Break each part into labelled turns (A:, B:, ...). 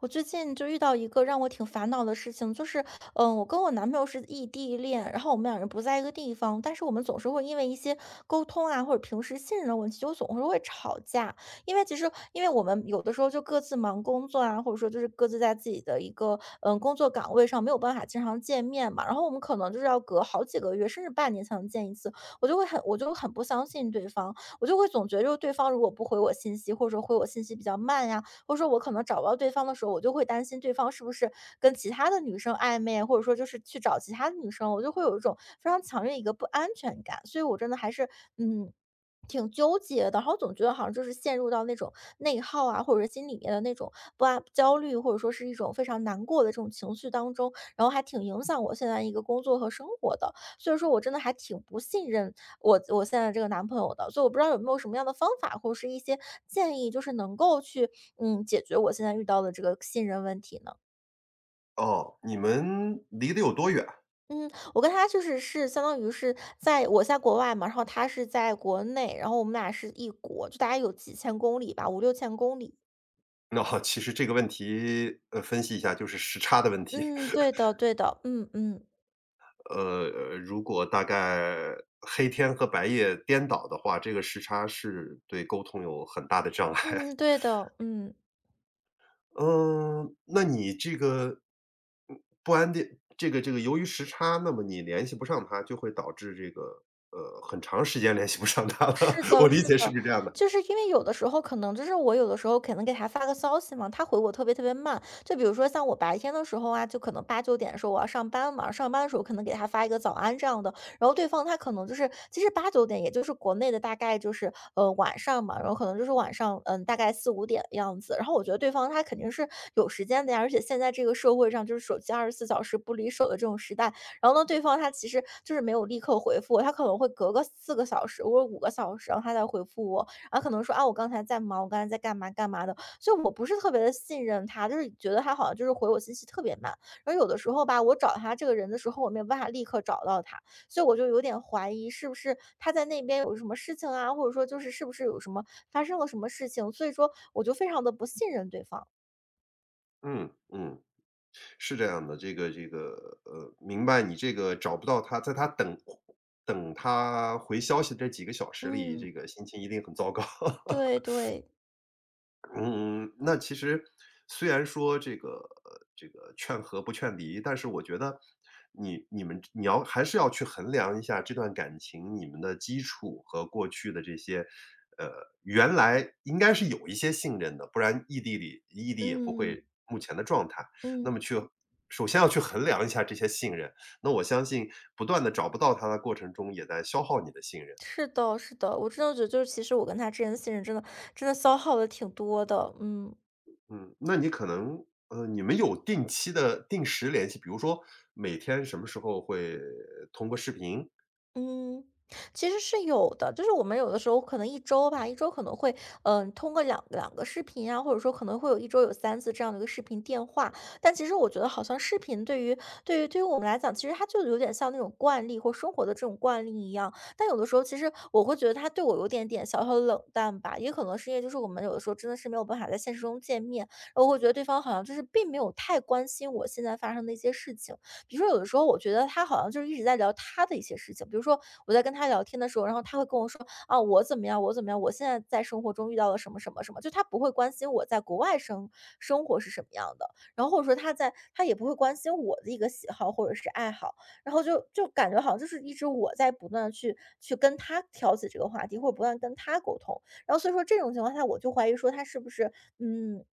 A: 我最近就遇到一个让我挺烦恼的事情，就是，我跟我男朋友是异地恋，然后我们两人不在一个地方，但是我们总是会因为一些沟通啊，或者平时信任的问题，就总是会吵架。因为我们有的时候就各自忙工作啊，或者说就是各自在自己的一个工作岗位上，没有办法经常见面嘛。然后我们可能就是要隔好几个月，甚至半年才能见一次。我就很不相信对方，我就会总觉得就是对方如果不回我信息，或者说回我信息比较慢呀、或者说我可能找不到对方的时候，我就会担心对方是不是跟其他的女生暧昧，或者说就是去找其他的女生，我就会有一种非常强烈的一个不安全感。所以我真的还是嗯。挺纠结的，然后总觉得好像就是陷入到那种内耗啊，或者是心里面的那种不安、焦虑，或者说是一种非常难过的这种情绪当中，然后还挺影响我现在一个工作和生活的。所以说我真的还挺不信任我现在这个男朋友的，所以我不知道有没有什么样的方法或者是一些建议，就是能够去解决我现在遇到的这个信任问题呢？
B: 哦，你们离得有多远？
A: 嗯，我跟他就是是相当于是在我在国外嘛，然后他是在国内，然后我们俩是一国，就大概有几千公里吧，五六千公里。
B: 那其实这个问题，分析一下就是时差的问题。
A: 嗯，对的，对的，嗯嗯。
B: 呃，如果大概黑天和白夜颠倒的话，这个时差是对沟通有很大的障碍。
A: 嗯，对的，嗯。
B: 嗯，那你这个，嗯不安定这个由于时差，那么你联系不上他，就会导致这个，很长时间联系不上他了，
A: 是
B: 我
A: 的
B: 理
A: 是
B: 解是
A: 的，
B: 不是这样的？
A: 就是因为有的时候可能就是我有的时候可能给他发个消息嘛，他回我特别特别慢。就比如说像我白天的时候啊，就可能八九点的时候我要上班嘛，上班的时候可能给他发一个早安这样的，然后对方他可能就是其实八九点也就是国内的大概就是晚上嘛，然后可能就是晚上大概四五点的样子。然后我觉得对方他肯定是有时间的呀，而且现在这个社会上就是手机24小时不离手的这种时代，然后呢，对方他其实就是没有立刻回复我，他可能会隔个4个小时或者5个小时，然后他再回复我，然后可能说啊，我刚才在忙，我刚才在干嘛干嘛的，所以我不是特别的信任他，就是觉得他好像就是回我信息特别慢，然后有的时候吧，我找他这个人的时候，我没有办法立刻找到他，所以我就有点怀疑是不是他在那边有什么事情啊，或者说就是是不是有什么发生了什么事情，所以说我就非常的不信任对方。
B: 嗯，嗯。是这样的，这个,明白你这个找不到他，在他等他回消息这几个小时里，
A: 嗯，
B: 这个心情一定很糟糕。
A: 对对，
B: 嗯，那其实虽然说这个这个劝和不劝离，但是我觉得你要还是要去衡量一下这段感情，你们的基础和过去的这些，呃，原来应该是有一些信任的，不然异地也不
A: 嗯
B: 会目前的状态。那
A: 嗯。
B: 么去首先要去衡量一下这些信任，那我相信不断的找不到他的过程中，也在消耗你的信任。
A: 是的，是的，我真的觉得就是其实我跟他之间的信任真的真的消耗的挺多的，嗯。
B: 嗯，那你可能你们有定期的定时联系，比如说每天什么时候会通过视频？
A: 嗯，其实是有的，就是我们有的时候可能一周吧，一周可能会，通过两个视频啊，或者说可能会有一周有3次这样的一个视频电话。但其实我觉得，好像视频对于对于对于我们来讲，其实它就有点像那种惯例或生活的这种惯例一样。但有的时候，其实我会觉得他对我有点点小小的冷淡吧，也可能是因为就是我们有的时候真的是没有办法在现实中见面，然后我会觉得对方好像就是并没有太关心我现在发生的一些事情。比如说有的时候我觉得他好像就是一直在聊他的一些事情，比如说我在跟他聊天的时候，然后他会跟我说啊我怎么样，我怎么样，我现在在生活中遇到了什么什么什么，就他不会关心我在国外生活是什么样的，然后或者说他在他也不会关心我的一个喜好或者是爱好，然后就感觉好像就是一直我在不断的去跟他挑起这个话题，或者不断地跟他沟通，然后所以说这种情况下，我就怀疑说他是不是嗯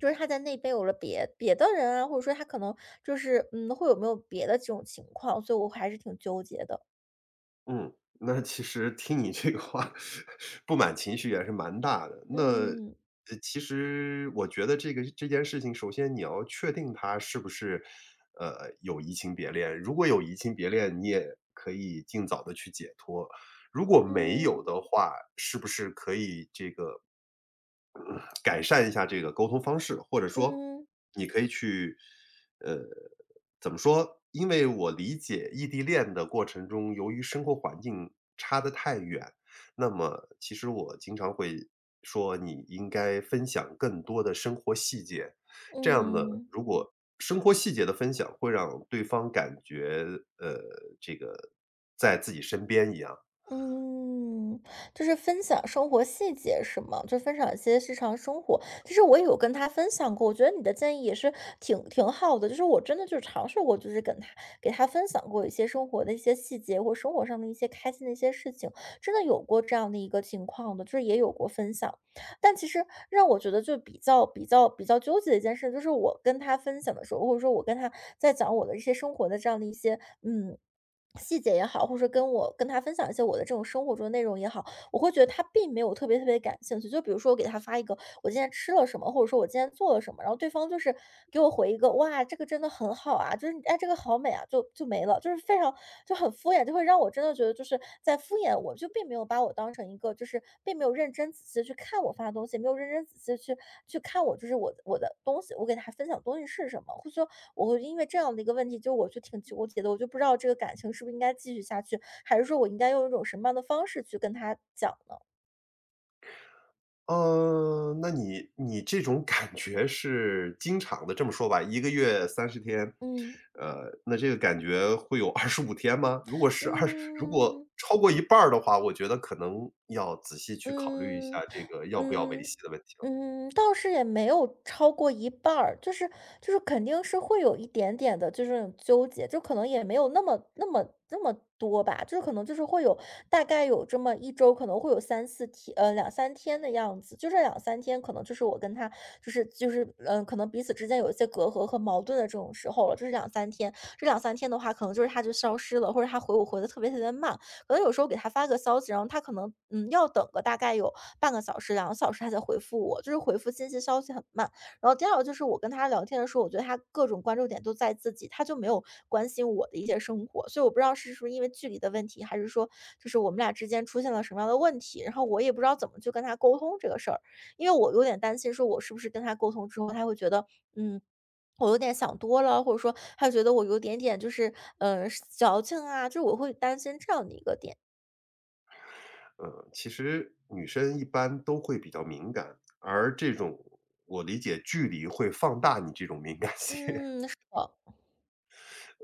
A: 就是他在那边有了别的人啊，或者说他可能就是，会有没有别的这种情况，所以我还是挺纠结的。
B: 嗯，那其实听你这个话，不满情绪也是蛮大的。那
A: 嗯，
B: 其实我觉得这个这件事情，首先你要确定他是不是有移情别恋。如果有移情别恋，你也可以尽早的去解脱。如果没有
A: 嗯，
B: 的话，是不是可以这个改善一下这个沟通方式，或者说
A: 嗯，
B: 你可以去，呃，怎么说？因为我理解异地恋的过程中，由于生活环境差得太远，那么其实我经常会说，你应该分享更多的生活细节。这样呢，
A: 嗯。
B: 如果生活细节的分享会让对方感觉，呃，这个在自己身边一样。
A: 嗯，就是分享生活细节是吗？就分享一些日常生活。其实我也有跟他分享过，我觉得你的建议也是挺好的。就是我真的就是尝试过，就是跟他给他分享过一些生活的一些细节，或生活上的一些开心的一些事情，真的有过这样的一个情况的，就是也有过分享。但其实让我觉得就比较纠结的一件事，就是我跟他分享的时候，或者说我跟他在讲我的一些生活的这样的一些嗯。细节也好，或者跟我跟他分享一些我的这种生活中的内容也好，我会觉得他并没有特别特别感兴趣。就比如说我给他发一个我今天吃了什么，或者说我今天做了什么，然后对方就是给我回一个哇，这个真的很好啊，就是哎这个好美啊，就没了，就是非常就很敷衍，就会让我真的觉得就是在敷衍我，就并没有把我当成一个。就是并没有认真仔细的去看我发的东西，没有认真仔细的去看我就是我的东西，我给他分享的东西是什么，或者说我会因为这样的一个问题，就我就挺纠结的，我就不知道这个感情是不是应该继续下去，还是说我应该用一种什么样的方式去跟他讲呢？
B: 那你你这种感觉是经常的，这么说吧一个月30天，
A: 嗯
B: 那这个感觉会有25天吗？如果是二十，如果
A: 嗯
B: 超过一半儿的话，我觉得可能要仔细去考虑一
A: 嗯。
B: 下这个要不要维
A: 嗯，
B: 系的问题了。
A: 嗯，倒是也没有超过一半儿，就是肯定是会有一点点的，就是那种纠结，就可能也没有那么多吧，就是可能就是会有大概有这么一周，可能会有三四天，两三天的样子，就这两三天，可能就是我跟他就是可能彼此之间有一些隔阂和矛盾的这种时候了，就是两三天，这两三天的话，可能就是他就消失了，或者他回我回的特别特别慢，可能有时候给他发个消息，然后他可能要等个大概有半个小时、2个小时，他才回复我，就是回复信息消息很慢。然后第二个就是我跟他聊天的时候，我觉得他各种关注点都在自己，他就没有关心我的一些生活，所以我不知道是不是因为距离的问题，还是说就是我们俩之间出现了什么样的问题，然后我也不知道怎么去跟他沟通这个事儿，因为我有点担心说我是不是跟他沟通之后，他会觉得嗯。我有点想多了，或者说他觉得我有点点就是，矫情啊，就是我会担心这样的一个点。
B: 嗯，其实女生一般都会比较敏感，而这种我理解距离会放大你这种敏感性。
A: 嗯，是的，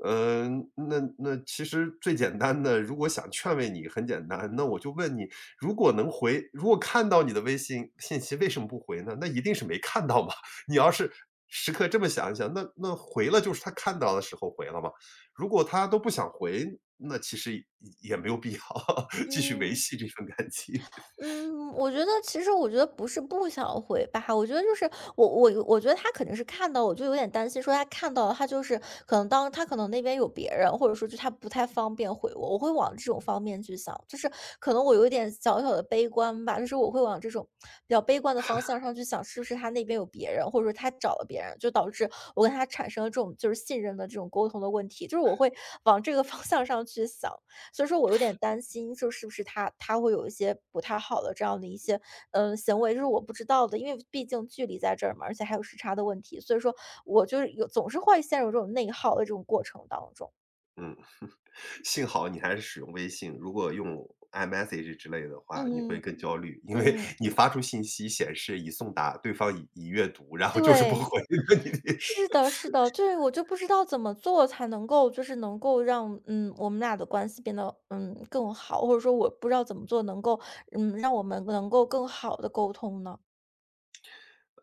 B: 嗯，那那其实最简单的，如果想劝慰你很简单，那我就问你，如果能回如果看到你的微信信息，为什么不回呢？那一定是没看到嘛。你要是时刻这么想一想，那那回了就是他看到的时候回了嘛。如果他都不想回，那其实也没有必要 继续维
A: 嗯
B: 系这份感情。
A: 嗯，我觉得其实我觉得不是不想回吧，我觉得就是我觉得他肯定是看到我，就有点担心，说他看到了，他就是可能那边有别人，或者说就他不太方便回我，我会往这种方面去想，就是可能我有一点小小的悲观吧，就是我会往这种比较悲观的方向上去想，是不是他那边有别人，或者说他找了别人，就导致我跟他产生了这种就是信任的这种沟通的问题，就是我会往这个方向上去想。所以说我有点担心，就是不是他会有一些不太好的这样的一些行为，就是我不知道的，因为毕竟距离在这儿嘛，而且还有时差的问题，所以说我就是总是会陷入这种内耗的这种过程当中。
B: 嗯，幸好你还是使用微信，如果用 iMessage 之类的话，你会
A: 嗯
B: 更焦虑，因为
A: 嗯，
B: 你发出信息显示已送达，对方已阅读，然后就是不回。
A: 对。
B: 你
A: 是的，是的，就是我就不知道怎么做才能够，就是能够让我们俩的关系变得更好，或者说我不知道怎么做能够让我们能够更好的沟通呢。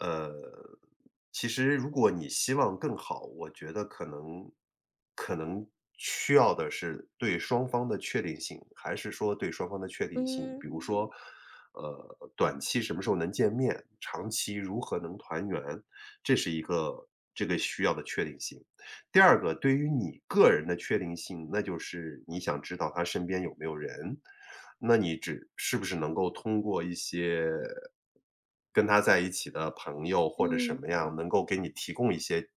B: 呃，其实如果你希望更好，我觉得可能需要的是对双方的确定性，还是说对双方的确定性，比
A: 嗯
B: 如说，短期什么时候能见面，长期如何能团圆，这是一个这个需要的确定性。第二个，对于你个人的确定性，那就是你想知道他身边有没有人，那你只是不是能够通过一些跟他在一起的朋友或者什
A: 嗯。
B: 么样，能够给你提供一些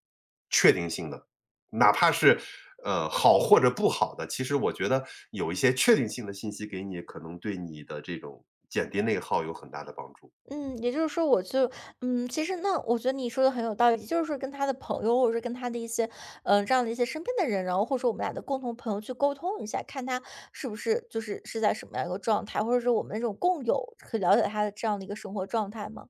B: 确定性的，哪怕是，好或者不好的，其实我觉得有一些确定性的信息给你，可能对你的这种减低内耗有很大的帮助。
A: 嗯，也就是说，我就嗯，其实那我觉得你说的很有道理，就是说跟他的朋友，或者是跟他的一些，嗯这样的一些身边的人，然后或者说我们俩的共同朋友去沟通一下，看他是不是是在什么样一个状态，或者是我们那种共有可以了解他的这样的一个生活状态吗？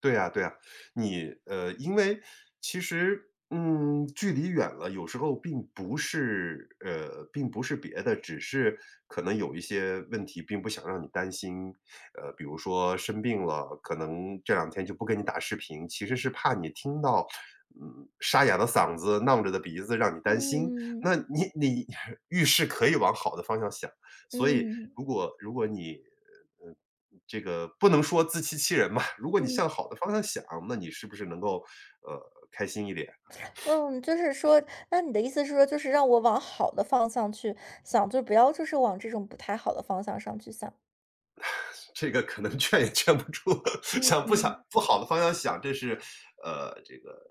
B: 对呀，对呀，你因为其实，嗯，距离远了，有时候并不是并不是别的，只是可能有一些问题并不想让你担心，比如说生病了，可能这两天就不跟你打视频，其实是怕你听到，嗯，沙哑的嗓子、囔着的鼻子，让你担心。
A: 嗯
B: 那你你 遇事可以往好的方向想。所以
A: 嗯
B: 如果如果你，呃，这个不能说自欺欺人吧，如果你
A: 嗯
B: 向好的方向想，那你是不是能够，呃，开心一点？
A: 嗯，就是说，那你的意思是说，就是让我往好的方向去想，就不要就是往这种不太好的方向上去想。
B: 这个可能劝也劝不住，
A: 嗯
B: 想不
A: 嗯
B: 想不好的方向想，这是，这个，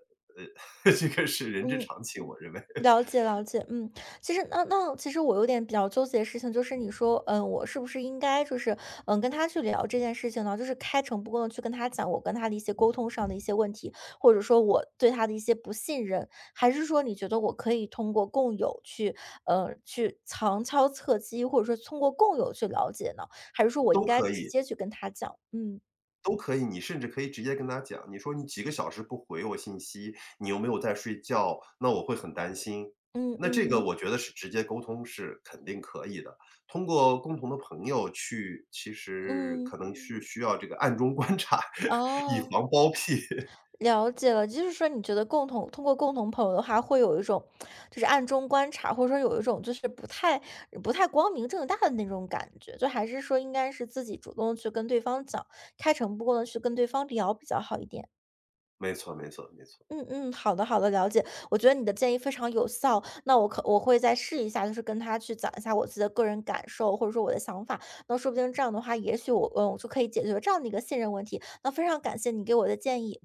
B: 这个是人之
A: 嗯
B: 常情，我认为，
A: 了解了解，嗯，其实那其实我有点比较纠结的事情，就是你说，嗯，我是不是应该就是跟他去聊这件事情呢？就是开诚布公的去跟他讲我跟他的一些沟通上的一些问题，或者说我对他的一些不信任，还是说你觉得我可以通过共有去去旁敲侧击，或者说通过共有去了解呢？还是说我应
B: 都
A: 该
B: 可
A: 直
B: 以。
A: 接去跟他讲？嗯
B: 都可以，你甚至可以直接跟他讲，你说你几个小时不回我信息，你有没有在睡觉？那我会很担心。
A: 嗯
B: 那这个
A: 嗯
B: 我觉得是直接沟通是肯定可以的，通过共同的朋友去，其实
A: 嗯，
B: 可能是需要这个暗中观察，以
A: 哦。
B: 防包庇。
A: 了解了，就是说你觉得通过共同朋友的话，会有一种就是暗中观察，或者说有一种就是不太光明正大的那种感觉，就还是说应该是自己主动去跟对方讲，开诚布公的去跟对方聊比较好一点。
B: 没错没错没错。
A: 嗯嗯，好的好的，了解。我觉得你的建议非常有效，那我会再试一下，就是跟他去讲一下我自己的个人感受，或者说我的想法。那说不定这样的话，也许我就可以解决这样的一个信任问题。那非常感谢你给我的建议。